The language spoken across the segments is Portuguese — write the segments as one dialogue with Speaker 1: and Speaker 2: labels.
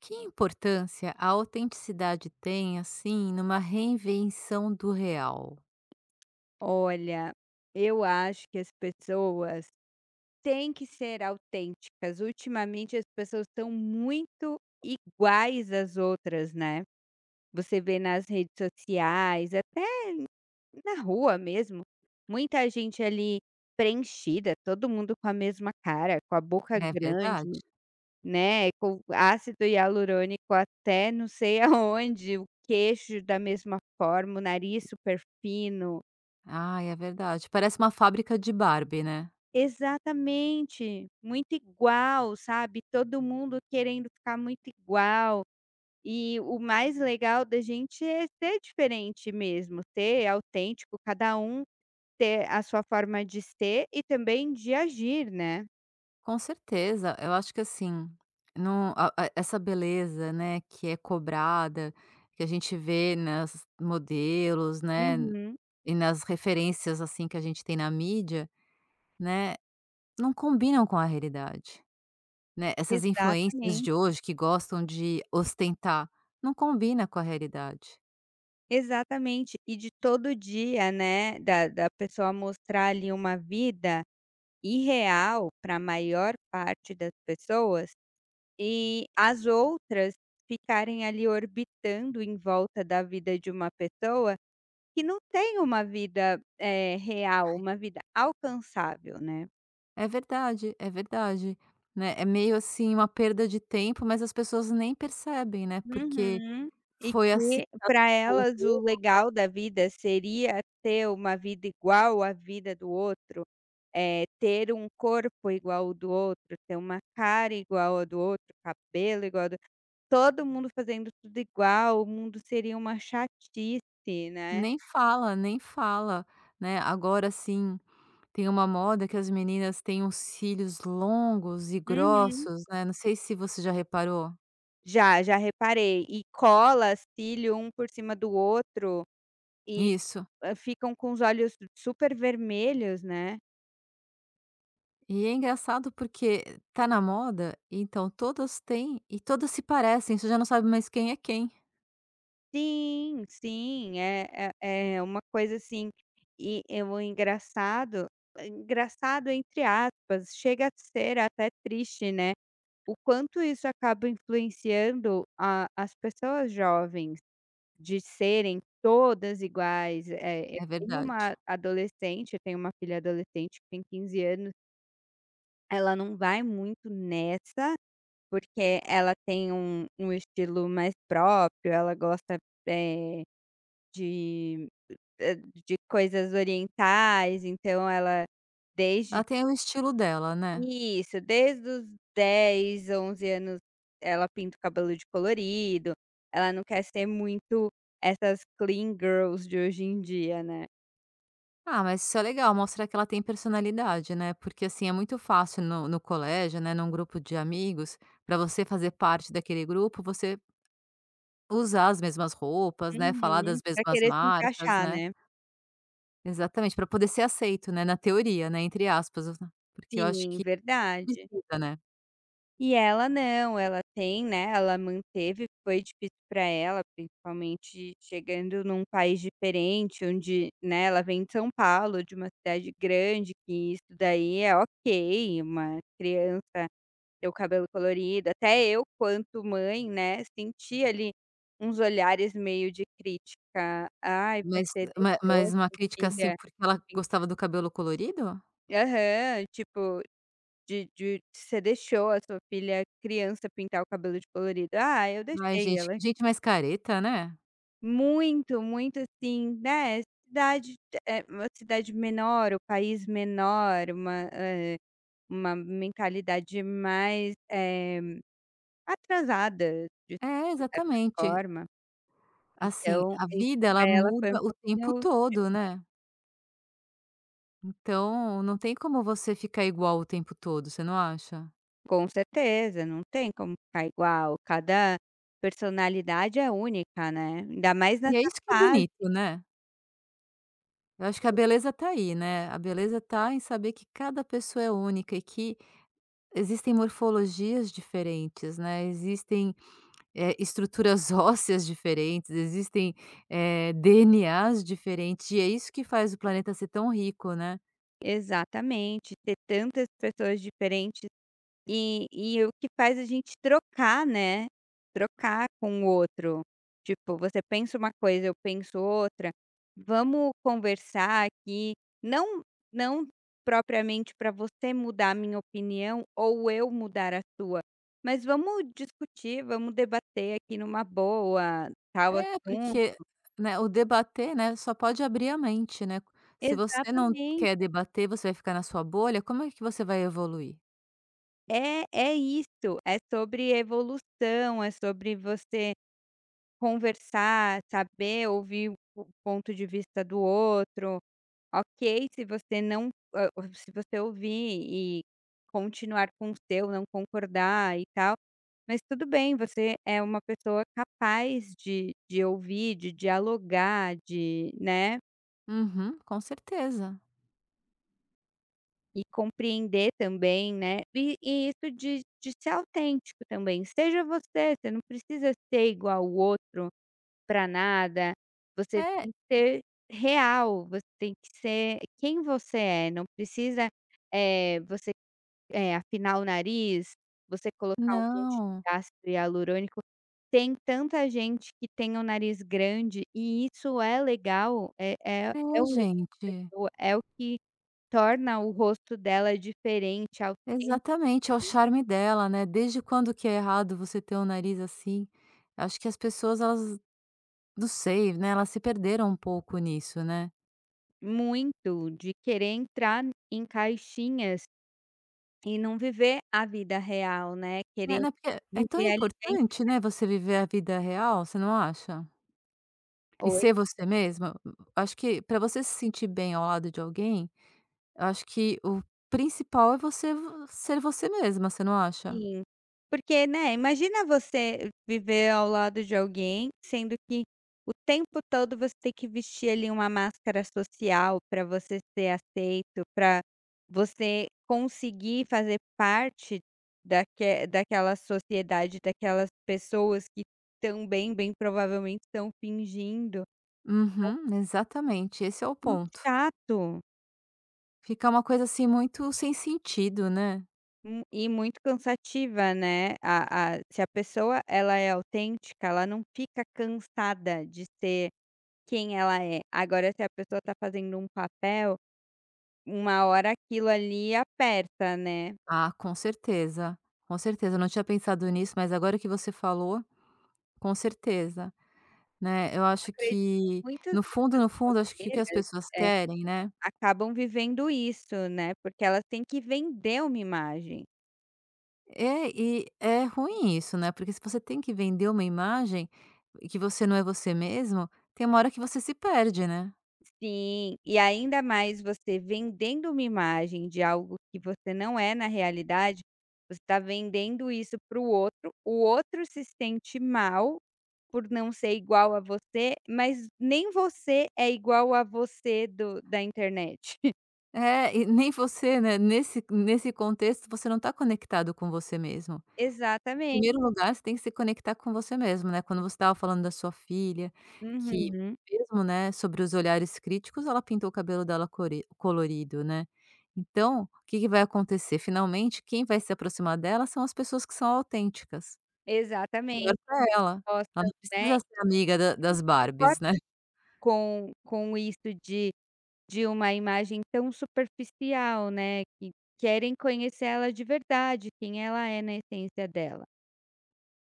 Speaker 1: Que importância a autenticidade tem, assim, numa reinvenção do real?
Speaker 2: Olha, eu acho que as pessoas têm que ser autênticas. Ultimamente, as pessoas estão muito iguais às outras, né? Você vê nas redes sociais, até na rua mesmo, muita gente ali preenchida, todo mundo com a mesma cara, com a boca
Speaker 1: É verdade?
Speaker 2: grande, né? Com ácido hialurônico até não sei aonde, o queixo da mesma forma, o nariz super fino.
Speaker 1: Ah, é verdade. Parece uma fábrica de Barbie, né?
Speaker 2: Exatamente, muito igual, sabe, todo mundo querendo ficar muito igual, e o mais legal da gente é ser diferente mesmo, ser autêntico, cada um ter a sua forma de ser e também de agir, né.
Speaker 1: Com certeza. Eu acho que, assim, essa beleza, né, que é cobrada, que a gente vê nas modelos, né,
Speaker 2: Uhum,
Speaker 1: e nas referências, assim, que a gente tem na mídia, né, não combinam com a realidade. Né, essas influências de
Speaker 2: exatamente,
Speaker 1: hoje que gostam de ostentar, não combina com a realidade.
Speaker 2: exatamente. E de todo dia, né, da pessoa mostrar ali uma vida irreal para a maior parte das pessoas e as outras ficarem ali orbitando em volta da vida de uma pessoa que não tem uma vida, real, uma vida alcançável, né.
Speaker 1: É verdade, né, é meio assim uma perda de tempo, mas as pessoas nem percebem, né, porque
Speaker 2: Uhum. E
Speaker 1: foi assim
Speaker 2: que para elas o
Speaker 1: envolveram,
Speaker 2: legal da vida seria ter uma vida igual à vida do outro, ter um corpo igual ao do outro, ter uma cara igual ao do outro, cabelo igual ao do todo mundo fazendo tudo igual, o mundo seria uma chatice, né.
Speaker 1: nem fala, nem fala, né. Agora assim, tem uma moda que as meninas têm uns cílios longos e
Speaker 2: Uhum.
Speaker 1: grossos, né, não sei se você já reparou
Speaker 2: Já, já reparei. E cola cílio um por cima do outro e,
Speaker 1: isso.
Speaker 2: ficam com os olhos super vermelhos, né.
Speaker 1: E é engraçado porque tá na moda, então todas têm e todas se parecem, você já não sabe mais quem.
Speaker 2: Sim, sim, é uma coisa assim, e o engraçado engraçado entre aspas, chega a ser até triste, né, o quanto isso acaba influenciando a as pessoas jovens. De serem todas iguais, eu
Speaker 1: É
Speaker 2: tenho
Speaker 1: verdade.
Speaker 2: uma adolescente, eu tenho uma filha adolescente que tem 15 anos. Ela não vai muito nessa, porque ela tem um estilo mais próprio, ela gosta, eh, de hã, coisas orientais, então ela desde
Speaker 1: Ela tem o estilo dela, né.
Speaker 2: isso, desde os 10, 11 anos, ela pinta o cabelo de colorido, ela não quer ser muito essas clean girls de hoje em dia, né.
Speaker 1: Ah, mas isso é legal, mostra que ela tem personalidade, né, porque, assim, é muito fácil no colégio, né, num grupo de amigos, para você fazer parte daquele grupo, você usar as mesmas roupas, né, falar
Speaker 2: Uhum.
Speaker 1: das
Speaker 2: Pra
Speaker 1: mesmas
Speaker 2: querer se
Speaker 1: marcas,
Speaker 2: encaixar,
Speaker 1: né.
Speaker 2: né.
Speaker 1: Exatamente, para poder ser aceito, né, na teoria, né, entre aspas, né? Porque eu acho
Speaker 2: Sim,
Speaker 1: que
Speaker 2: verdade.
Speaker 1: precisa, né.
Speaker 2: E ela não, ela tem, né, ela manteve, foi difícil para ela, principalmente chegando num país diferente onde, né, ela vem de São Paulo, de uma cidade grande, que isso daí é ok, uma criança ter o cabelo colorido. Até eu, quanto mãe, né, senti ali uns olhares meio de crítica. "Ai,
Speaker 1: Mas
Speaker 2: você
Speaker 1: ma
Speaker 2: deixou
Speaker 1: mas uma
Speaker 2: sua
Speaker 1: crítica, assim,
Speaker 2: filha."
Speaker 1: porque ela gostava do cabelo colorido?
Speaker 2: Aham, tipo de você deixou a sua filha criança pintar o cabelo de colorido. Ah, eu
Speaker 1: Ai
Speaker 2: deixei
Speaker 1: gente,
Speaker 2: ela
Speaker 1: que gente mais careta, né.
Speaker 2: muito, muito assim, né, cidade, uma cidade menor, o país menor, uma mentalidade mais, atrasada de
Speaker 1: É,
Speaker 2: certa
Speaker 1: exatamente.
Speaker 2: forma.
Speaker 1: Assim,
Speaker 2: Então
Speaker 1: a
Speaker 2: isso
Speaker 1: vida
Speaker 2: pra
Speaker 1: ela
Speaker 2: ela foi um
Speaker 1: muda o tempo
Speaker 2: pouquinho.
Speaker 1: todo, né. Então, não tem como você ficar igual o tempo todo, você não acha?
Speaker 2: Com certeza, não tem como ficar igual, cada personalidade é única, né, ainda mais
Speaker 1: E é
Speaker 2: nessa
Speaker 1: isso que é
Speaker 2: fase.
Speaker 1: bonito, né. Eu acho que a beleza tá aí, né, a beleza tá em saber que cada pessoa é única e que existem morfologias diferentes, né, existem, eh, estruturas ósseas diferentes, existem, eh, DNAs diferentes, e é isso que faz o planeta ser tão rico, né.
Speaker 2: Exatamente, ter tantas pessoas diferentes e o que faz a gente trocar, né, trocar com o outro. Tipo, você pensa uma coisa, eu penso outra, vamos conversar aqui, não não propriamente para você mudar a minha opinião ou eu mudar a sua, mas vamos discutir, vamos debater aqui numa boa, tal
Speaker 1: É, porque,
Speaker 2: assunto.
Speaker 1: né, o debater, né, só pode abrir a mente, né. Se você não
Speaker 2: Exatamente.
Speaker 1: quer debater, você vai ficar na sua bolha, como é que você vai evoluir?
Speaker 2: É, é isso, é sobre evolução, é sobre você conversar, saber ouvir o ponto de vista do outro. Ok, se você não, se você ouvir e continuar com o seu, não concordar e tal, mas tudo bem, você é uma pessoa capaz de ouvir, de dialogar, de né?
Speaker 1: Uhum, com certeza.
Speaker 2: E compreender também, né, e isso de ser autêntico também, seja você, você não precisa ser igual ao outro para nada, você
Speaker 1: É,
Speaker 2: tem que ser real, você tem que ser quem você é, não precisa, você, afinar o nariz, você colocar um monte
Speaker 1: não.
Speaker 2: de ácido hialurônico. Tem tanta gente que tem o nariz grande e isso é legal, é é
Speaker 1: É,
Speaker 2: é o legal,
Speaker 1: gente.
Speaker 2: é o que torna o rosto dela diferente ao.
Speaker 1: Exatamente, é o charme dela, né. Desde quando que é errado você ter o nariz assim? Acho que as pessoas elas, não sei, né, elas se perderam um pouco nisso, né.
Speaker 2: Muito, de querer entrar em caixinhas e não viver a vida real, né,
Speaker 1: É,
Speaker 2: querer
Speaker 1: né, porque é tão
Speaker 2: viver ali em
Speaker 1: importante, né, você viver a vida real, você não acha? E
Speaker 2: oi?
Speaker 1: ser você mesma. Acho que para você se sentir bem ao lado de alguém, eu acho que o principal é você vo ser você mesma, você não acha?
Speaker 2: Sim, porque, né, imagina você viver ao lado de alguém, sendo que o tempo todo você tem que vestir ali uma máscara social para você ser aceito, para você conseguir fazer parte daquela sociedade, daquelas pessoas que também, bem provavelmente, estão fingindo.
Speaker 1: Uhum, exatamente, esse é o
Speaker 2: Muito
Speaker 1: ponto.
Speaker 2: chato.
Speaker 1: Fica uma coisa, assim, muito sem sentido, né.
Speaker 2: E muito cansativa, né, a se a pessoa ela é autêntica, ela não fica cansada de ser quem ela é. Agora se a pessoa está fazendo um papel, uma hora aquilo ali aperta, né.
Speaker 1: Ah, com certeza, eu não tinha pensado nisso, mas agora que você falou, com certeza. Né, eu acho
Speaker 2: Acredito que
Speaker 1: que
Speaker 2: muitas
Speaker 1: no fundo, no fundo, acho que o que as
Speaker 2: brasileiras,
Speaker 1: pessoas
Speaker 2: É,
Speaker 1: querem, né,
Speaker 2: acabam vivendo isso, né, porque elas têm que vender uma imagem.
Speaker 1: é, e é ruim isso, né, porque se você tem que vender uma imagem e que você não é você mesmo, tem uma hora que você se perde, né.
Speaker 2: Sim, e ainda mais você vendendo uma imagem de algo que você não é na realidade, você está vendendo isso para o outro se sente mal por não ser igual a você, mas nem você é igual a você do da internet.
Speaker 1: É, e nem você, né, nesse contexto, você não está conectado com você mesmo.
Speaker 2: Exatamente.
Speaker 1: Primeiro lugar, você tem que se conectar com você mesmo, né, quando você estava falando da sua filha, que
Speaker 2: Uhum.
Speaker 1: mesmo, né, sobre os olhares críticos, ela pintou o cabelo dela core colorido, né. Então, o que que vai acontecer? Finalmente, quem vai se aproximar dela são as pessoas que são autênticas. Melhor
Speaker 2: Exatamente.
Speaker 1: para ela. Ela
Speaker 2: Posta,
Speaker 1: não
Speaker 2: né. E
Speaker 1: precisa ser amiga da das Barbies, né.
Speaker 2: com isso de uma imagem tão superficial, né, que querem conhecer ela de verdade, quem ela é na essência dela.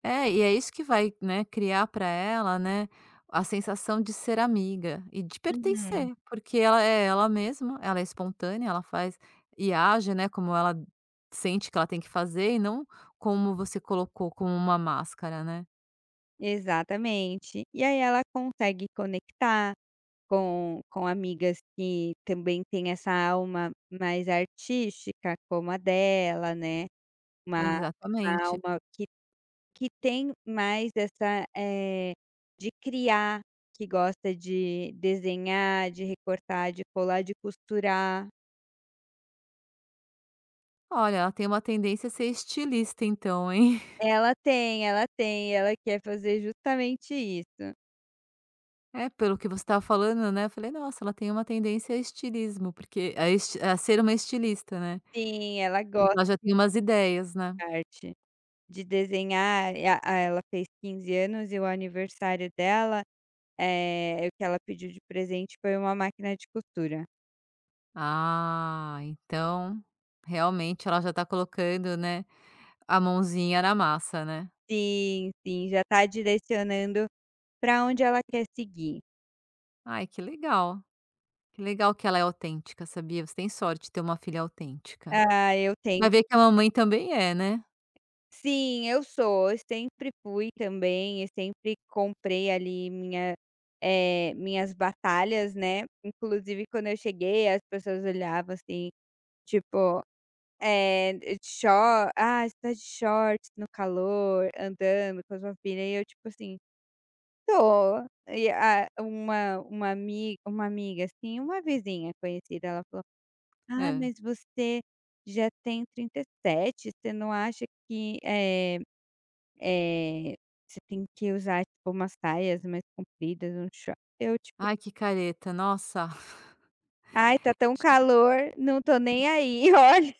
Speaker 1: É, e é isso que vai, né, criar para ela, né, a sensação de ser amiga e de
Speaker 2: Uhum.
Speaker 1: pertencer, porque ela é ela mesma, ela é espontânea, ela faz e age, né, como ela sente que ela tem que fazer e não como você colocou, como uma máscara, né.
Speaker 2: Exatamente. E aí ela consegue conectar com amigas que também têm essa alma mais artística, como a dela, né, uma uma
Speaker 1: Exatamente.
Speaker 2: alma que tem mais essa, de criar, que gosta de desenhar, de recortar, de colar, de costurar.
Speaker 1: Olha, ela tem uma tendência a ser estilista então, hein.
Speaker 2: Ela tem, ela tem, ela quer fazer justamente isso.
Speaker 1: É, pelo que você estava falando, né, eu falei: "Nossa, ela tem uma tendência a estilismo, porque a esti a ser uma estilista, né,
Speaker 2: Sim, ela
Speaker 1: porque
Speaker 2: gosta
Speaker 1: ela já tem umas ideias, né".
Speaker 2: de arte, de desenhar, e a ela fez 15 anos e o aniversário dela, o que ela pediu de presente foi uma máquina de costura.
Speaker 1: Ah, então realmente ela já está colocando, né, a mãozinha na massa, né.
Speaker 2: Sim, sim, já está direcionando para onde ela quer seguir.
Speaker 1: Ai, que legal, que legal que ela é autêntica, sabia. Você tem sorte de ter uma filha autêntica.
Speaker 2: Ah, eu tenho.
Speaker 1: Vai ver que a mamãe também é, né.
Speaker 2: Sim, eu sou. Eu sempre fui também, eu sempre comprei ali minhas batalhas, né. Inclusive quando eu cheguei as pessoas olhavam assim, tipo, eh, shor "Ah, você tá de shorts no calor, andando com a sua filha", e eu tipo assim: "Tô". E a uma amiga assim, uma vizinha conhecida, ela falou: "Ah,
Speaker 1: Hã.
Speaker 2: mas você já tem 37, você não acha que, Eh, Você tem que usar, tipo, umas saias mais compridas, um short. Eu, tipo:
Speaker 1: Ai, que careta, nossa.
Speaker 2: "Ai, tá tão calor, não tô nem aí, olha".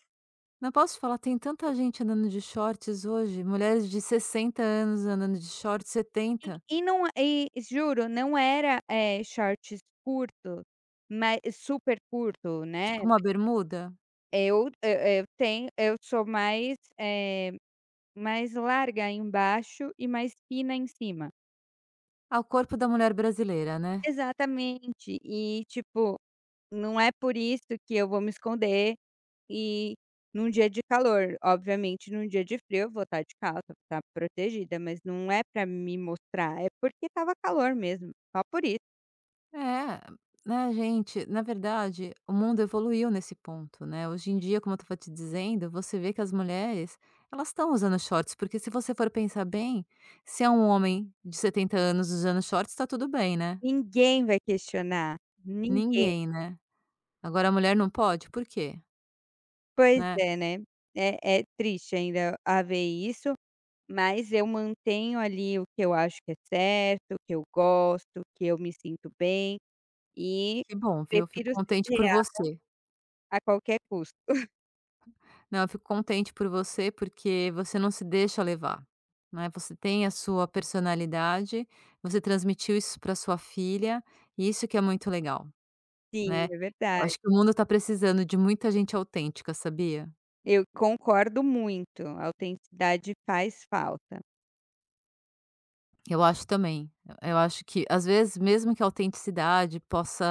Speaker 1: Não posso te falar, tem tanta gente andando de shorts hoje, mulheres de 60 anos andando de shorts,
Speaker 2: E
Speaker 1: 70,
Speaker 2: e não e juro, não era, shorts curto, mas super curto, né.
Speaker 1: tipo uma bermuda.
Speaker 2: Eu eu eu sou mais, mais larga embaixo e mais fina em cima.
Speaker 1: Ah, o corpo da mulher brasileira, né.
Speaker 2: Exatamente. E, tipo, não é por isso que eu vou me esconder e num dia de calor, obviamente num dia de frio eu vou estar de calça, vou estar protegida, mas não é para me mostrar, é porque estava calor mesmo, só por isso.
Speaker 1: É, né, gente, na verdade, o mundo evoluiu nesse ponto, né? Hoje em dia, como eu estava te dizendo, você vê que as mulheres, elas estão usando shorts, porque se você for pensar bem, se é um homem de 70 anos usando shorts, tá tudo bem, né?
Speaker 2: Ninguém vai questionar, ninguém.
Speaker 1: Ninguém, né? Agora a mulher não pode? Por quê?
Speaker 2: Pois
Speaker 1: Né?
Speaker 2: é, né. É triste ainda haver isso, mas eu mantenho ali o que eu acho que é certo, o que eu gosto, o que eu me sinto bem e
Speaker 1: Que bom, viu? Fico
Speaker 2: prefiro ser
Speaker 1: contente por
Speaker 2: real
Speaker 1: você.
Speaker 2: a qualquer custo.
Speaker 1: Não, eu fico contente por você, porque você não se deixa levar, né, você tem a sua personalidade, você transmitiu isso para sua filha, e isso que é muito legal,
Speaker 2: Sim,
Speaker 1: né.
Speaker 2: é verdade.
Speaker 1: Acho que o mundo está precisando de muita gente autêntica, sabia?
Speaker 2: Eu concordo muito, a autenticidade faz falta.
Speaker 1: Eu acho também. Eu acho que às vezes mesmo que a autenticidade possa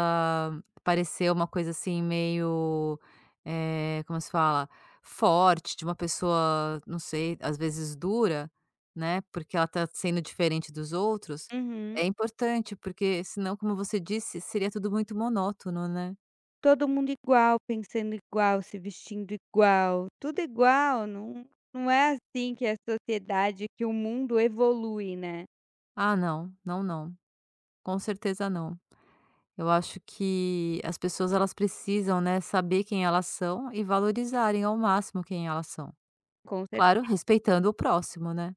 Speaker 1: parecer uma coisa assim meio, eh, como se fala? Forte, de uma pessoa, não sei, às vezes dura, né, porque ela tá sendo diferente dos outros,
Speaker 2: Uhum.
Speaker 1: é importante, porque senão, como você disse, seria tudo muito monótono, né.
Speaker 2: Todo mundo igual, pensando igual, se vestindo igual, tudo igual, não, não é assim que é a sociedade, que o mundo evolui, né.
Speaker 1: Ah não, não, não, com certeza não. Eu acho que as pessoas elas precisam, né, saber quem elas são e valorizarem ao máximo quem elas são.
Speaker 2: Com cer
Speaker 1: Claro, respeitando o próximo, né.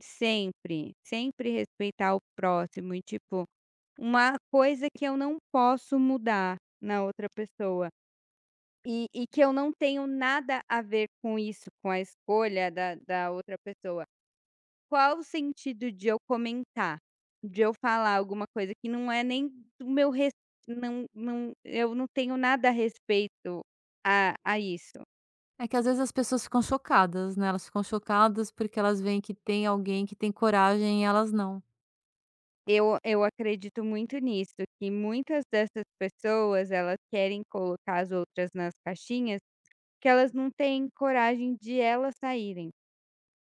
Speaker 2: sempre, sempre respeitar o próximo e, tipo, uma coisa que eu não posso mudar na outra pessoa, e que eu não tenho nada a ver com isso, com a escolha da outra pessoa. Qual o sentido de eu comentar? De eu falar alguma coisa que não é nem do meu res não eu não tenho nada a respeito a isso.
Speaker 1: É que às vezes as pessoas ficam chocadas, né, elas ficam chocadas porque elas veem que tem alguém que tem coragem e elas não.
Speaker 2: Eu acredito muito nisso, que muitas dessas pessoas, elas querem colocar as outras nas caixinhas, que elas não têm coragem de elas saírem.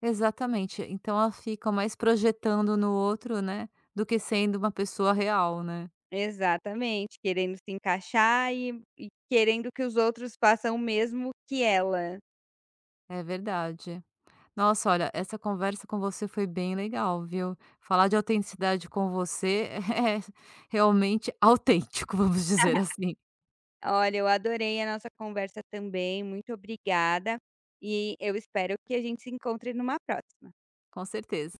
Speaker 1: Exatamente, então elas ficam mais projetando no outro, né, do que sendo uma pessoa real, né.
Speaker 2: Exatamente, querendo se encaixar e querendo que os outros façam o mesmo que ela.
Speaker 1: É verdade. Nossa, olha, essa conversa com você foi bem legal, viu. Falar de autenticidade com você é realmente autêntico, vamos dizer assim.
Speaker 2: Olha, eu adorei a nossa conversa também, muito obrigada. E eu espero que a gente se encontre numa próxima.
Speaker 1: Com certeza.